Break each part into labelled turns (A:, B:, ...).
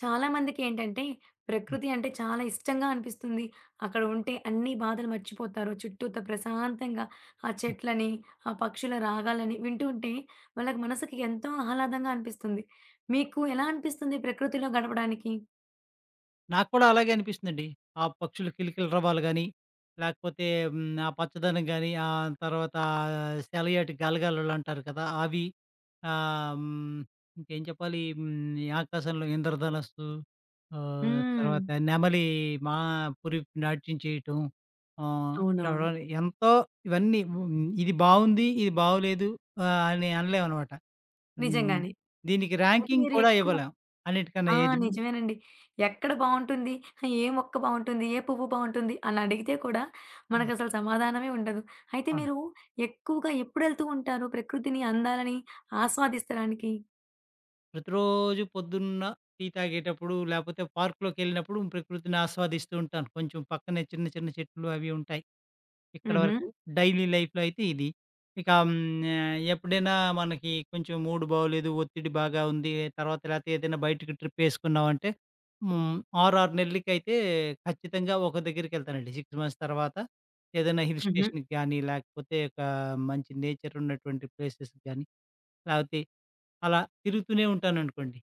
A: చాలా మందికేంటంటే, ప్రకృతి అంటే చాలా ఇష్టంగా అనిపిస్తుంది. అక్కడ ఉంటే అన్ని బాధలు మర్చిపోతారు. చుట్టూతా ప్రశాంతంగా ఆ చెట్లని, ఆ పక్షుల రాగాలని వింటూ ఉంటే వాళ్ళకి మనసుకి ఎంతో ఆహ్లాదంగా అనిపిస్తుంది. మీకు ఎలా అనిపిస్తుంది ప్రకృతిలో గడపడానికి?
B: నాకు కూడా అలాగే అనిపిస్తుందండి. ఆ పక్షుల కిలకిలరవాలు గాని, లేకపోతే ఆ పచ్చదనం గాని, తర్వాత సెలయేటి గలగలలు అంటారు కదా! అవి. ఆహ్, హ్మ్, ఇంకేం చెప్పాలి? ఆకాశంలో ఇంద్రధనస్సు,
A: హ్మ్.
B: తర్వాత నెమలి మా పురిపి నాట్యం చేయటం. ఆహ్,
A: అవునవును.
B: ఎంతో ఇవన్నీ ఇది బావుంది, ఇది బాగోలేదు అని అనలేమనమాట. హ్మ్.
A: నిజంగానే.
B: దీనికి
A: అయితే
B: ర్యాంకింగ్
A: మీరు
B: కూడా
A: ఎక్కువ
B: ఇవ్వలేం. అన్నిటికన్నా
A: ఆ!
B: ఏది
A: నిజమేనండి. ఎక్కడ బావుంటుంది? ఏ మొక్క బావుంటుంది? ఏ పువ్వు బావుంటుంది? అని అడిగితే కూడా
B: అవును.
A: మనకసలు సమాధానమే ఉండదు. అయితే మీరు ఎక్కువగా ఎప్పుడెళ్తూ ఉంటారు ప్రకృతిని అందాలని ఆస్వాదిస్తడానికి?
B: ప్రతిరోజు పొద్దున్న టీ తాగేటప్పుడు, లేపోతే పార్క్‌లోకెళ్ళినప్పుడు ప్రకృతిని ఆస్వాదిస్తూ ఉంటాను. కొంచెం పక్కనే చిన్న చిన్న చెట్లు అవి ఉంటాయి. ఇక్కడ
A: హుహు.
B: వరకు డైలీ లైఫ్‌లో అయితే ఇది. ఇక ఎప్పుడైనా మనకి కొంచెం మూడ్ బాగోలేదు, ఒత్తిడి బాగా ఉంది, తర్వాత లేతే ఏదైనా బయటకి ట్రిప్ ఏసుకున్నామంటే హ్మ్, 6 నెలలకైతే ఖచ్చితంగా ఒక దగ్గరికెళ్తానండి. 6 మంత్స్ తర్వాత ఏదైనా హిల్
A: హుహు.
B: స్టేషన్‌కి గానీ, లేకపోతే ఒక మంచి నేచర్ ఉన్నటువంటి ప్లేసెస్‌కి గానీ, లేపోతే అలా తిరుగుతూనే ఉంటాననుకోండి.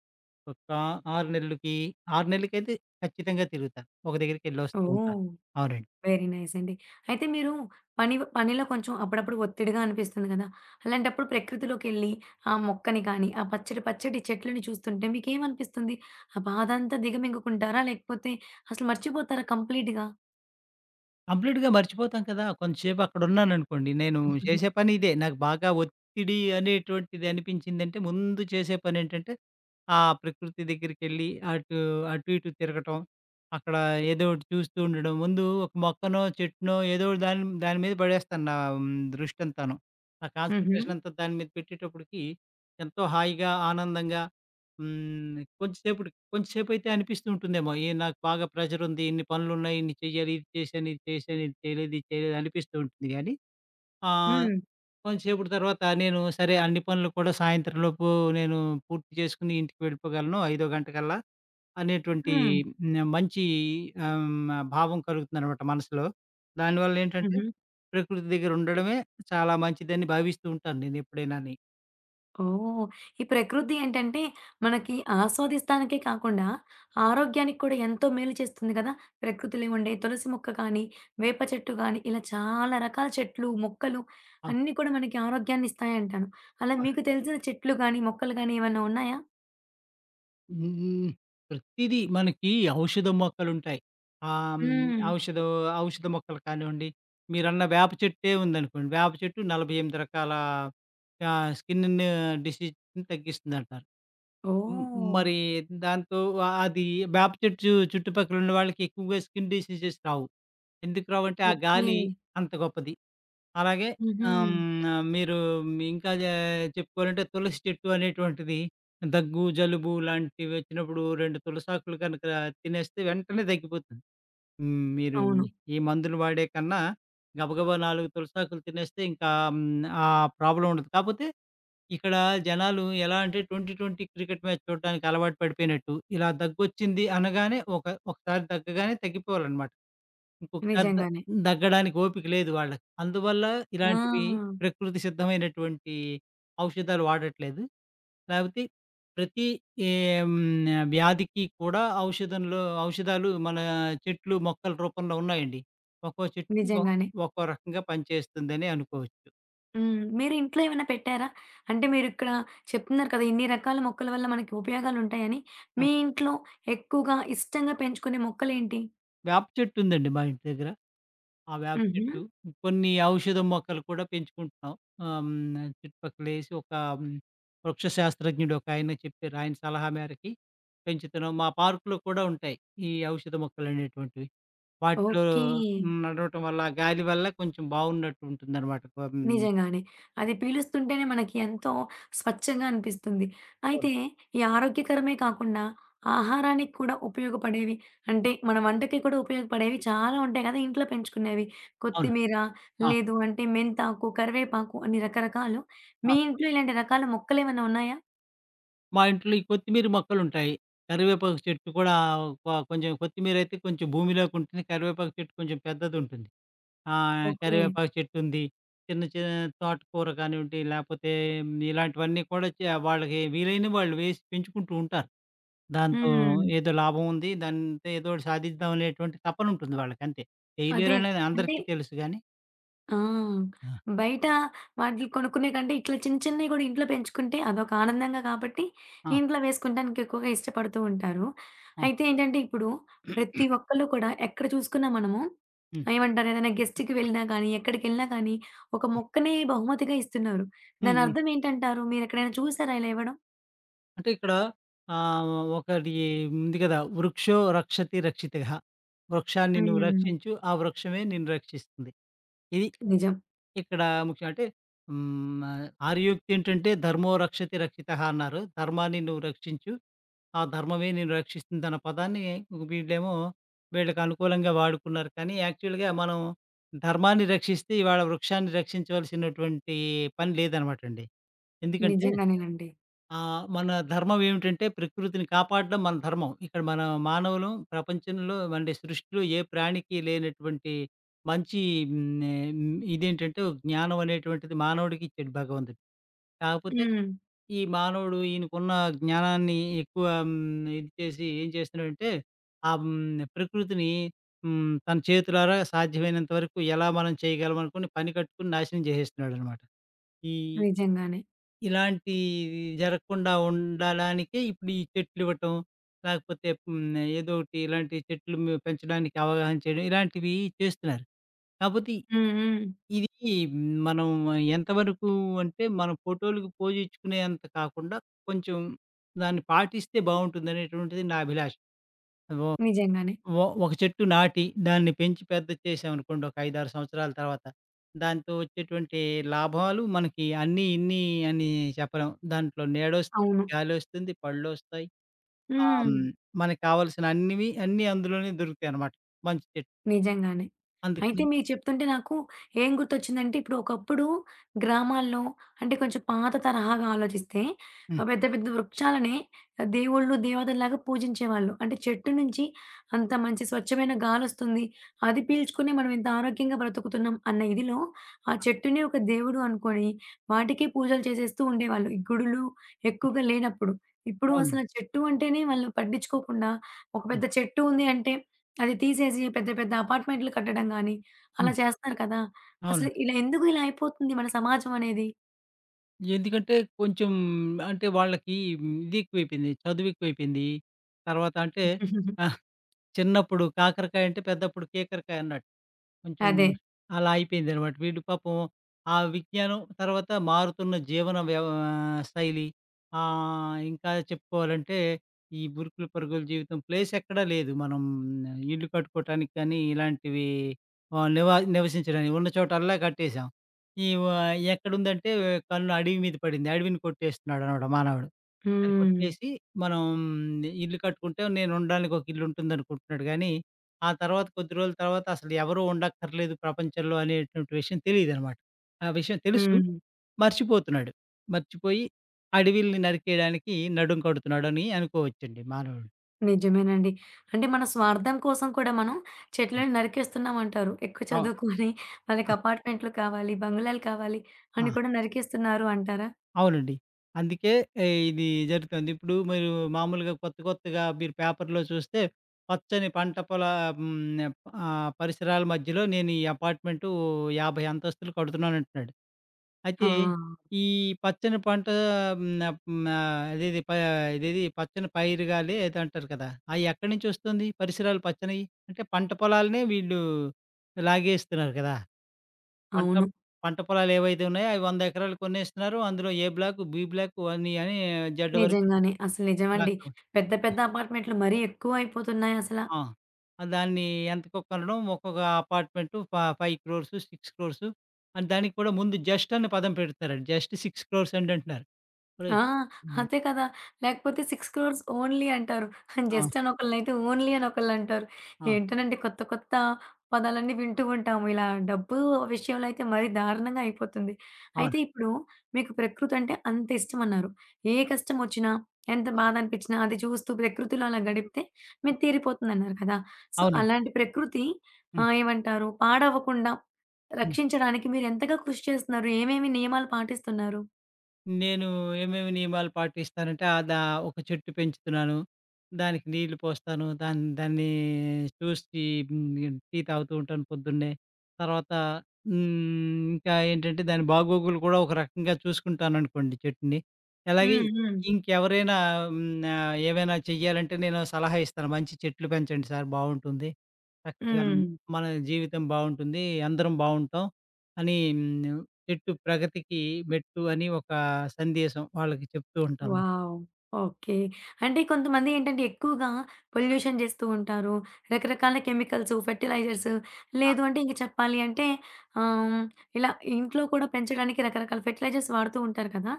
B: ఒక 6 నెలలకి, 6 నెలలకైతే ఖచ్చితంగా తిరుగుతాను. ఒక దగ్గరికెళ్ళొస్తూ ఉంటాను.
A: ఓహ్!
B: అవునండి.
A: వెరీ నైస్ అండి. అయితే మీరు పనిలో కొంచెం అప్పుడప్పుడు ఒత్తిడిగా అనిపిస్తుంది గదా! అలాంటప్పుడు ప్రకృతిలోకెళ్ళి ఆ మొక్కని కానీ, ఆ పచ్చడి పచ్చటి చెట్లని చూస్తుంటే మీకేమనిపిస్తుంది? ఆ బాధంతా దిగమింగుకుంటారా? లేకపోతే అసలు మర్చిపోతారా కంప్లీట్‌గా?
B: కంప్లీట్‌గా మర్చిపోతాం కదా! కొంతసేపు అక్కడున్నాననుకోండి, నేను చేసే పని ఇదే. నాకు బాగా ఒత్తిడి అనేటువంటిది అనిపించిందంటే, ముందు చేసే పనేంటంటే, ఆ ప్రకృతి దగ్గరికెళ్ళి అటు, అటు ఇటు తిరగటం, అక్కడ ఏదో ఒకటి చూస్తూ ఉండడం. ముందు ఒక మొక్కనో, చెట్టునో ఏదో ఒకటి దాని దాని మీద పడేస్తాను నా దృష్టంతాను. నా
A: హుహు.
B: కాన్సంట్రేషనంతా దాని మీద పెట్టేటప్పటికి ఎంతో హాయిగా, ఆనందంగా కొంచెంసేపుటికి. కొంచెంసేపయితే అనిపిస్తూ ఉంటుందేమో, ఏ నాకు బాగా ప్రెషరుంది, ఇన్ని పనులున్నాయి, ఇన్ని చెయ్యాలి, ఇది చేశాను, ఇది చేశాను, ఇది చేయలేదు, ఇది చేయలేదు అనిపిస్తూ ఉంటుంది గానీ, ఆహ్,
A: హ్మ్.
B: కొంచెంసేపటి తర్వాత నేను సరే అన్ని పనులు కూడా సాయంత్రం లోపు నేను పూర్తి చేసుకొని ఇంటికి వెళ్ళిపోగలను 5:00 గంటకల్లా అనేటువంటి
A: హ్మ్.
B: మంచి ఆహ్, భావం కలుగుతుందనమాట మనసులో. దానివల్లేంటంటే,
A: హుహు.
B: ప్రకృతి దగ్గరుండడమే చాలా మంచిదని భావిస్తూ ఉంటాను నేనెప్పుడైనాని.
A: ఓహ్! ఈ ప్రకృతి ఏంటంటే, మనకి ఆస్వాదిస్తానికే కాకుండా, ఆరోగ్యానికి కూడా ఎంతో మేలు చేస్తుంది కదా! ప్రకృతిలో ఉండే తులసి మొక్క కానీ, వేప చెట్టు గానీ, ఇలా చాలా రకాల చెట్లు, మొక్కలు
B: అవును.
A: అన్నీ కూడా మనకి ఆరోగ్యాన్ని ఇస్తాయంటాను. అలా
B: అవును.
A: మీకు తెలిసిన చెట్లు గానీ, మొక్కలు గానీ ఏమన్నా ఉన్నాయా?
B: హ్మ్. ప్రతీదీ మనకి ఔషధ మొక్కలుంటాయి. ఆహ్, హ్మ్.
A: హ్మ్.
B: ఔషధ ఔషధ మొక్కలు కానివ్వండి, మీరన్న వేప చెట్టే ఉందనుకోండి. వేప చెట్టు 48 రకాల స్కిన్ డిసీజ్‌ని తగ్గిస్తుందంటారు. హ్మ్.
A: ఓహ్!
B: మరి దాంతో అది వేప చెట్టు చుట్టుపక్కల ఉన్న వాళ్ళకి ఎక్కువగా స్కిన్ డిసీజెస్ రావు. ఎందుకు రావంటే ఆ
A: ఓకే.
B: గాలి అంత గొప్పది. అలాగే
A: హుహు.
B: ఆహ్, హ్మ్. మీరు ఇంకా జ చెప్పుకోవాలంటే తులసి చెట్టు అనేటువంటిది దగ్గు, జలుబు లాంటివి వచ్చినప్పుడు 2 తులసాకులు కనుక తినేస్తే వెంటనే తగ్గిపోతుంది. హ్మ్. మీరు
A: అవును.
B: ఈ మందులు వాడే కన్నా గబగబా 4 తులసాకులు తినేస్తే ఇంకా ఆ ప్రాబ్లమ్ ఉండదు. కాపోతే ఇక్కడ జనాలు ఎలా అంటే 20, 20 క్రికెట్ మ్యాచ్ చూడడానికి అలవాటు పడిపోయినట్టు ఇలా దగ్గొచ్చింది అనగానే ఒకసారి దగ్గగానే తగ్గిపోవాలన్నమాట. ఇంకొకసారి
A: నిజంగానే.
B: దగ్గడానికి ఓపిక లేదు వాళ్ళకి. అందువల్ల
A: ఆ!
B: ఇలాంటివి ప్రకృతి సిద్ధమైనటువంటి ఔషధాలు వాడట్లేదు. లేపోతే ప్రతి ఏ వ్యాధికి కూడా ఔషధంలో ఔషధాలు మన చెట్లు, మొక్కల రూపంలో ఉన్నాయండి. ఒక్కో చెట్టు ఒ
A: నిజంగానే.
B: ఒక్కో రకంగా పనిచేస్తుందని అనుకోవచ్చు.
A: హ్మ్. మీరు ఇంట్లో ఏమైనా పెట్టారా? అంటే మీరిక్కడ చెప్తున్నారు కదా! ఇన్ని రకాల మొక్కల వల్ల మనకి ఉపయోగాలుంటాయని.
B: ఆ!
A: మీ ఇంట్లో ఎక్కువగా ఇష్టంగా పెంచుకునే మొక్కలేంటి?
B: వేప చెట్టు ఉందండి మా ఇంటి దగ్గర. ఆ వేప
A: హుహు.
B: చెట్టు, కొన్ని ఔషధ మొక్కలు కూడా పెంచుకుంటున్నాం. చుట్టుపక్కలేసి ఒక హ్మ్, వృక్ష శాస్త్రజ్ఞుడు ఒకాయన చెప్పారు. ఆయన సలహా మేరకి పెంచుతున్నాం. మా పార్కులో కూడా ఉంటాయి. ఈ ఔషధ మొక్కలనేటువంటివి. వాటిలో
A: ఓకే.
B: నడవటం వల్ల, గాలి వల్ల కొంచెం బావున్నట్టు ఉంటుందనమాట. హ్మ్.
A: నిజంగానే. అది పీలుస్తుంటేనే మనకి ఎంతో స్వచ్ఛంగా అనిపిస్తుంది.
B: అవును.
A: అయితే ఈ ఆరోగ్యకరమే కాకుండా ఆహారానికి కూడా ఉపయోగపడేవి అంటే మన వంటకి కూడా ఉపయోగపడేవి చాలా ఉంటాయి కదా! ఇంట్లో పెంచుకునేవి.
B: అవును.
A: కొత్తిమీర,
B: ఆ!
A: లేదు అంటే మెంతాకు, కరివేపాకు అని రకరకాలు.
B: ఆ!
A: మీ ఇంట్లో ఇలాంటి రకాల మొక్కలేమన్నా ఉన్నాయా?
B: మా ఇంట్లో ఈ కొత్తిమీర మొక్కలుంటాయి. కరివేపాకు చెట్టు కూడా కొంచెం కొత్తిమీరైతే కొంచెం భూమిలోకుంటుంది. కరివేపాకు చెట్టు కొంచెం పెద్దదుంటుంది. ఆ!
A: ఓకే.
B: కరివేపాకు చెట్టుంది. చిన్న చిన్న తోటకూర కానివ్వండి, లేపోతే ఇలాంటివన్నీ కూడా వాళ్ళకి వీలైన వాళ్ళు వేసి పెంచుకుంటూ ఉంటారు. దాంతో
A: హ్మ్.
B: ఏదో లాభం ఉంది. దాంతో ఏదో ఒకటి సాధిద్దాం అనేటువంటి తపనుంటుంది వాళ్ళకంతే.
A: అదే.
B: చేయలేరనేది
A: అంటే
B: అందరికీ తెలుసు గానీ
A: ఆ!
B: ఆ!
A: బయట వాటిలి కొనుక్కునే కంటే ఇట్లా చిన్న చిన్నవి గూడా ఇంట్లో పెంచుకుంటే అదొక ఆనందంగా కాబట్టి
B: ఆ!
A: ఇంట్లో వేసుకుంటానికి ఎక్కువగా ఇష్టపడుతూ ఉంటారు.
B: అవును.
A: అయితే ఏంటంటే ఇప్పుడు
B: హ్మ్.
A: ప్రతి ఒక్కళ్ళు కూడా ఎక్కడ చూసుకున్నా మనము
B: హ్మ్.
A: ఏమంటారు ఏదైనా గెస్ట్‌కి వెళ్ళినా కానీ, ఎక్కడికెళ్ళినా కానీ ఒక మొక్కనే బహుమతిగా ఇస్తున్నారు.
B: హ్మ్.
A: దాని
B: హ్మ్.
A: అర్థం ఏంటంటారు? మీరెక్కడైనా చూసారా ఇలా ఇవ్వడం?
B: అంటే ఇక్కడ ఆహ్, ఒకటి ఉంది కదా! వృక్షో రక్షతి రక్షితః. వృక్షాన్ని నువ్వు
A: హ్మ్.
B: రక్షించు. ఆ వృక్షమే నిన్ను రక్షిస్తుంది. ఇది
A: నిజం.
B: ఇక్కడ ముఖ్యం అంటే ఆర్యోక్తి ఏంటంటే "ధర్మో రక్షతి రక్షితః" అన్నారు. ధర్మాన్ని నువ్వు రక్షించు. ఆ ధర్మమే నిన్ను రక్షిస్తుందన్న పదాన్ని వీళ్ళేమో వీళ్ళకి అనుకూలంగా వాడుకున్నారు. కానీ యాక్చువల్‌గా మనం ధర్మాన్ని రక్షిస్తే ఇవాళ వృక్షాన్ని రక్షించవలసినటువంటి పని లేదనమాటండి. ఎందుకంటే
A: నిజంగానేనండి.
B: ఆ! మన ధర్మం ఏమిటంటే ప్రకృతిని కాపాడడం మన ధర్మం. ఇక్కడ మన మానవులు ప్రపంచంలో అంటే సృష్టిలో ఏ ప్రాణికి లేనటువంటి మంచి హ్మ్, హ్మ్, ఇదేంటంటే ఒక జ్ఞానం అనేటువంటిది మానవుడికి ఇచ్చాడు భగవంతుడు. కాకపోతే
A: హ్మ్.
B: ఈ మానవుడు ఈయనకున్న జ్ఞానాన్ని ఎక్కువ ఇది చేసి ఏం చేస్తున్నాడంటే ప్రకృతిని తన చేతులారా సాధ్యమైనంత వరకు ఎలా మనం చేయగలం అనుకోని పని కట్టుకొని నాశనం చేసేస్తున్నాడనమాట. ఈ
A: నిజంగానే.
B: ఇలాంటివి జరగకుండా ఉండడానికే ఇప్పుడు ఈ చెట్లివ్వటం, లేకపోతే ఏదో ఒకటి ఇలాంటి చెట్లు పెంచడానికి అవగాహన చేయడం, ఇలాంటివి చేస్తున్నారు. కాపోతే
A: హ్మ్. హ్మ్.
B: ఇది మనం ఎంతవరకు అంటే, మన ఫోటో‌లకి పోజ్ ఇచ్చుకునేంత కాకుండా, కొంచెం దాన్ని పాటిస్తే బావుంటుందనేటువంటిది నా అభిలాష. ఓ
A: నిజంగానే.
B: ఒ ఒక చెట్టు నాటి, దాన్ని పెంచి పెద్ద చేశామనుకోండి ఒక 5, 6 సంవత్సరాల తర్వాత, దాంతో వచ్చేటువంటి లాభాలు మనకి అన్నీ, ఇన్ని అని చెప్పలేం. దాంట్లో నీడొస్తుంది,
A: అవును.
B: గాలొస్తుంది, పళ్ళొస్తాయి. ఆహ్,
A: హ్మ్.
B: హ్మ్. మనకు కావాల్సిన అన్నీ అందులోనే దొరుకుతాయనమాట. మంచి చెట్టు.
A: నిజంగానే. అయితే
B: అందుకని
A: మీరు చెప్తుంటే నాకు ఏం గుర్తొచ్చిందంటే, ఇప్పుడు ఒకప్పుడు గ్రామాల్లో అంటే కొంచెం పాత తరహాగా ఆలోచిస్తే ఆహ్,
B: హ్మ్.
A: పెద్ద పెద్ద వృక్షాలనే దేవుళ్ళు, దేవతల్లాగా పూజించేవాళ్ళు. అంటే చెట్టు నుంచి అంత మంచి స్వచ్ఛమైన గాలొస్తుంది. అది పీల్చుకుని మనం ఇంత ఆరోగ్యంగా బ్రతుకుతున్నాం అన్న ఇదిలో ఆ చెట్టుని ఒక దేవుడు అనుకోని వాటికే పూజలు చేసేస్తూ ఉండేవాళ్ళు. ఈ గుడులు ఎక్కువగా లేనప్పుడు. ఇప్పుడు
B: అవునండి.
A: అసలు ఆ చెట్టు అంటేనే వాళ్ళు పట్టించుకోకుండా ఒక
B: హ్మ్.
A: పెద్ద చెట్టు ఉంది అంటే అది తీసేసి పెద్ద పెద్ద అపార్ట్‌మెంట్లు కట్టడం గాని, అలా
B: హ్మ్.
A: చేస్తున్నారు కదా! అసలు
B: అవునండి.
A: ఇలా ఎందుకు ఇలా అయిపోతుంది మన సమాజం అనేది?
B: ఎందుకంటే కొంచెం అంటే వాళ్ళకి ఇది ఎక్కువైపోయింది. చదువు ఎక్కువైపోయింది. తర్వాత అంటే ఆహ్, చిన్నప్పుడు కాకరకాయ అంటే పెద్దప్పుడు కేకరకాయ అన్నట్టు. కొంచెం
A: అదే.
B: అలా అయిపోయిందనమాట. వీడు పాపం ఆ విజ్ఞానం, తర్వాత మారుతున్న జీవన శైలి ఇంకా చెప్పుకోవాలంటే ఈ ఉరుకులు పరుగుల జీవితం ప్లేస్ ఎక్కడా లేదు. మనం ఇల్లు కట్టుకోవటానికి కానీ, ఇలాంటివి నివసించడానికి ఉన్న చోటల్లా కట్టేసాం. ఈ వ ఎక్కడుందంటే కన్ను అడవి మీద పడింది. అడవిని కొట్టేస్తున్నాడనమాట మానవుడు. అది
A: హ్మ్.
B: కొట్టేసి మనం ఇల్లు కట్టుకుంటే నేను ఉండడానికి ఒక ఇల్లు ఉంటుందనుకుంటున్నాడు గానీ, ఆ తర్వాత కొద్ది రోజుల తర్వాత అసలు ఎవరు ఉండక్కర్లేదు ప్రపంచంలో అనేటువంటి విషయం తెలీదనమాట. ఆ విషయం తెలుసు
A: హ్మ్.
B: మర్చిపోతున్నాడు. మర్చిపోయి అడవిల్ని నరికేయడానికి నడుం కడుతున్నాడని అనుకోవచ్చండి మానవుడు.
A: నిజమేనండి. అంటే మన స్వార్థం కోసం కూడా మనం
B: హ్మ్.
A: చెట్లను నరికేస్తున్నామంటారు. ఎక్కువ
B: అవ్
A: చదువుకొని వాళ్ళకి
B: ఆ!
A: అపార్ట్‌మెంట్లు కావాలి, బంగ్లాలు కావాలి
B: ఆ!
A: అని కూడా నరికేస్తున్నారు అంటారా?
B: అవునండి. అందుకే ఏ ఇది జరుగుతుంది. ఇప్పుడు మీరు మామూలుగా కొత్త కొత్తగా మీరు పేపర్‌లో చూస్తే పచ్చని పంట పొలా హ్మ్. పరిసరాల మధ్యలో నేను ఈ అపార్ట్‌మెంటు 50 అంతస్తులు కడుతున్నానంటున్నాడు.
A: ఆ!
B: అయితే ఈ పచ్చని పంట హ్మ్. హ్మ్. ఆహ్, అదేది ప ఇదేది పచ్చని పైరుగాలి ఏదో అంటారు కదా! అయి ఎక్కడి నుంచొస్తుంది పరిసరాలు పచ్చనియి? అంటే పంట పొలాలనే వీళ్ళు లాగేస్తున్నారు కదా! పంట
A: అవును.
B: పంట పొలాలు ఏవైతే ఉన్నాయో అవి 100 ఎకరాలు కొనేస్తున్నారు. అందులో ఏ బ్లాక్, బి బ్లాక్ అని అని జెడ్ వరకు
A: నిజంగానే. అసలు నిజమండి.
B: బ్లాక్‌లు.
A: పెద్ద పెద్ద అపార్ట్‌మెంట్లు మరీ ఎక్కువ అయిపోతున్నాయి అసల.
B: ఆ! ఆ దాన్ని ఎంతకో కొనడం ఒక్కొక్క అపార్ట్మెంటు 5,00,00,000, 6,00,00,000 అని దానికి కూడా ముందు జస్ట్ అనే పదం పెడుతున్నారండి. జస్ట్ 6,00,00,000 అండి అంటున్నారు.
A: ఆ!
B: ఒరేయ్! హ్మ్.
A: అదే కదా! లేకపోతే 6 క్రోర్స్ ఓన్లీ అంటారు.
B: ఆ!
A: జస్ట్ అని ఒకళ్ళనైతే ఓన్లీ అని ఒకళ్ళంటారు.
B: ఆ!
A: ఏంటోనండి కొత్త కొత్త పదాలన్నీ వింటూ ఉంటాము. ఇలా డబ్బు విషయంలో అయితే మరీ దారుణంగా అయిపోతుంది. అయితే
B: అవునండి.
A: ఇప్పుడు మీకు ప్రకృతి అంటే అంత ఇష్టమన్నారు. ఏ కష్టం వచ్చినా, ఎంత బాధ అనిపించినా అది చూస్తూ ప్రకృతిలో అలా గడిపితే మీరు తీరిపోతుందన్నారు కదా! సో,
B: అవునండి.
A: అలాంటి ప్రకృతి
B: హ్మ్.
A: ఆహ్, ఏమంటారు పాడవ్వకుండా
B: హ్మ్.
A: రక్షించడానికి మీరు ఎంతగా కృషి చేస్తున్నారు? ఏమేమి నియమాలు పాటిస్తున్నారు?
B: నేను ఏమేమి నియమాలు పాటిస్తానంటే, ఆ దా ఒక చెట్టు పెంచుతున్నాను. దానికి నీళ్లు పోస్తాను. దాన్ని చూసి టీ తాగుతూ ఉంటాను పొద్దున్నే. తర్వాత ఇంకా ఏంటంటే దాని బాగోగులు కూడా ఒక రకంగా చూసుకుంటాననుకోండి చెట్టుని. అలాగే
A: హ్మ్. హ్మ్.
B: ఇంకెవరైనా హ్మ్, ఏవైనా చెయ్యాలంటే నేను సలహా ఇస్తాను. మంచి చెట్లు పెంచండి సార్ బావుంటుంది. చక్కగాను
A: హ్మ్.
B: మన జీవితం బావుంటుంది. అందరం బావుంటాం అని హ్మ్. చెట్టు ప్రగతికి మెట్టు అని ఒక సందేశం వాళ్ళకి చెప్తూ ఉంటాను.
A: వావ్! ఓకే. అంటే కొంతమంది ఏంటంటే ఎక్కువగా పొల్యూషన్ జేస్తూ ఉంటారు. రకరకాల కెమికల్స్, ఫెర్టిలైజర్స్
B: ఆ!
A: లేదు అంటే ఇంక చెప్పాలి అంటే ఆహ్, ఇలా ఇంట్లో కూడా పెంచడానికి రకరకాల ఫెర్టిలైజర్స్ వాడుతూ ఉంటారు కదా!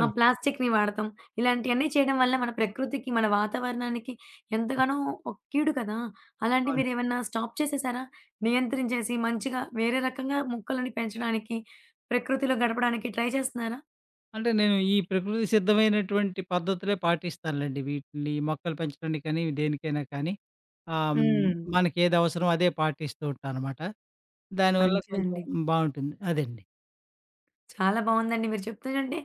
A: ఆహ్, ప్లాస్టిక్‌ని వాడతాం. ఇలాంటియన్నీ చేయడం వల్ల మన ప్రకృతికి, మన వాతావరణానికి ఎంతగానో ఒక కీడు కదా! అలాంటి
B: అవును.
A: మీరేమన్నా స్టాప్ చేసేసారా? నియంత్రించేసి మంచిగా వేరే రకంగా మొక్కలని పెంచడానికి, ప్రకృతిలో గడపడానికి ట్రై చేస్తున్నారా?
B: అంటే నేను ఈ ప్రకృతి సిద్ధమైనటువంటి పద్ధతులే పాటిస్తానులెండి. వీటిని మొక్కలు పెంచడానికి కానీ, దేనికైనా కానీ ఆహ్, హ్మ్, హ్మ్.
A: హ్మ్.
B: మనకి ఏది అవసరమో అదే పాటిస్తూ ఉంటాననమాట. దానివల్ల కొంచెం
A: మంచిదండి.
B: బావుంటుంది. అదండి.
A: చాలా బావుందండి. మీరు చెప్తుంటే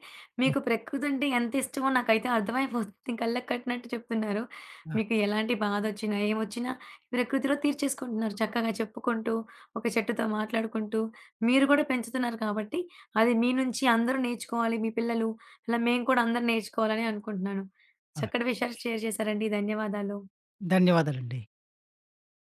B: హ్మ్.
A: మీకు ప్రకృతి అంటే ఎంత ఇష్టమో నాకైతే అర్థమైపోతుంది. కళ్ళకి కట్టినట్టు చెప్తున్నారు.
B: ఆ!
A: మీకు ఎలాంటి బాధొచ్చినా, ఏమొచ్చినా ప్రకృతిలో తీర్చేసుకుంటున్నారు. చక్కగా చెప్పుకుంటూ, ఒక చెట్టుతో మాట్లాడుకుంటూ, మీరు కూడా పెంచుతున్నారు కాబట్టి, అది మీ నుంచి అందరూ నేర్చుకోవాలి. మీ పిల్లలు, అలా మేము కూడా అందరూ నేర్చుకోవాలని అనుకుంటున్నాను.
B: ఆ!
A: చక్కటి విషయాలు షేర్ చేశారండి. ధన్యవాదాలు.
B: ధన్యవాదాలండి.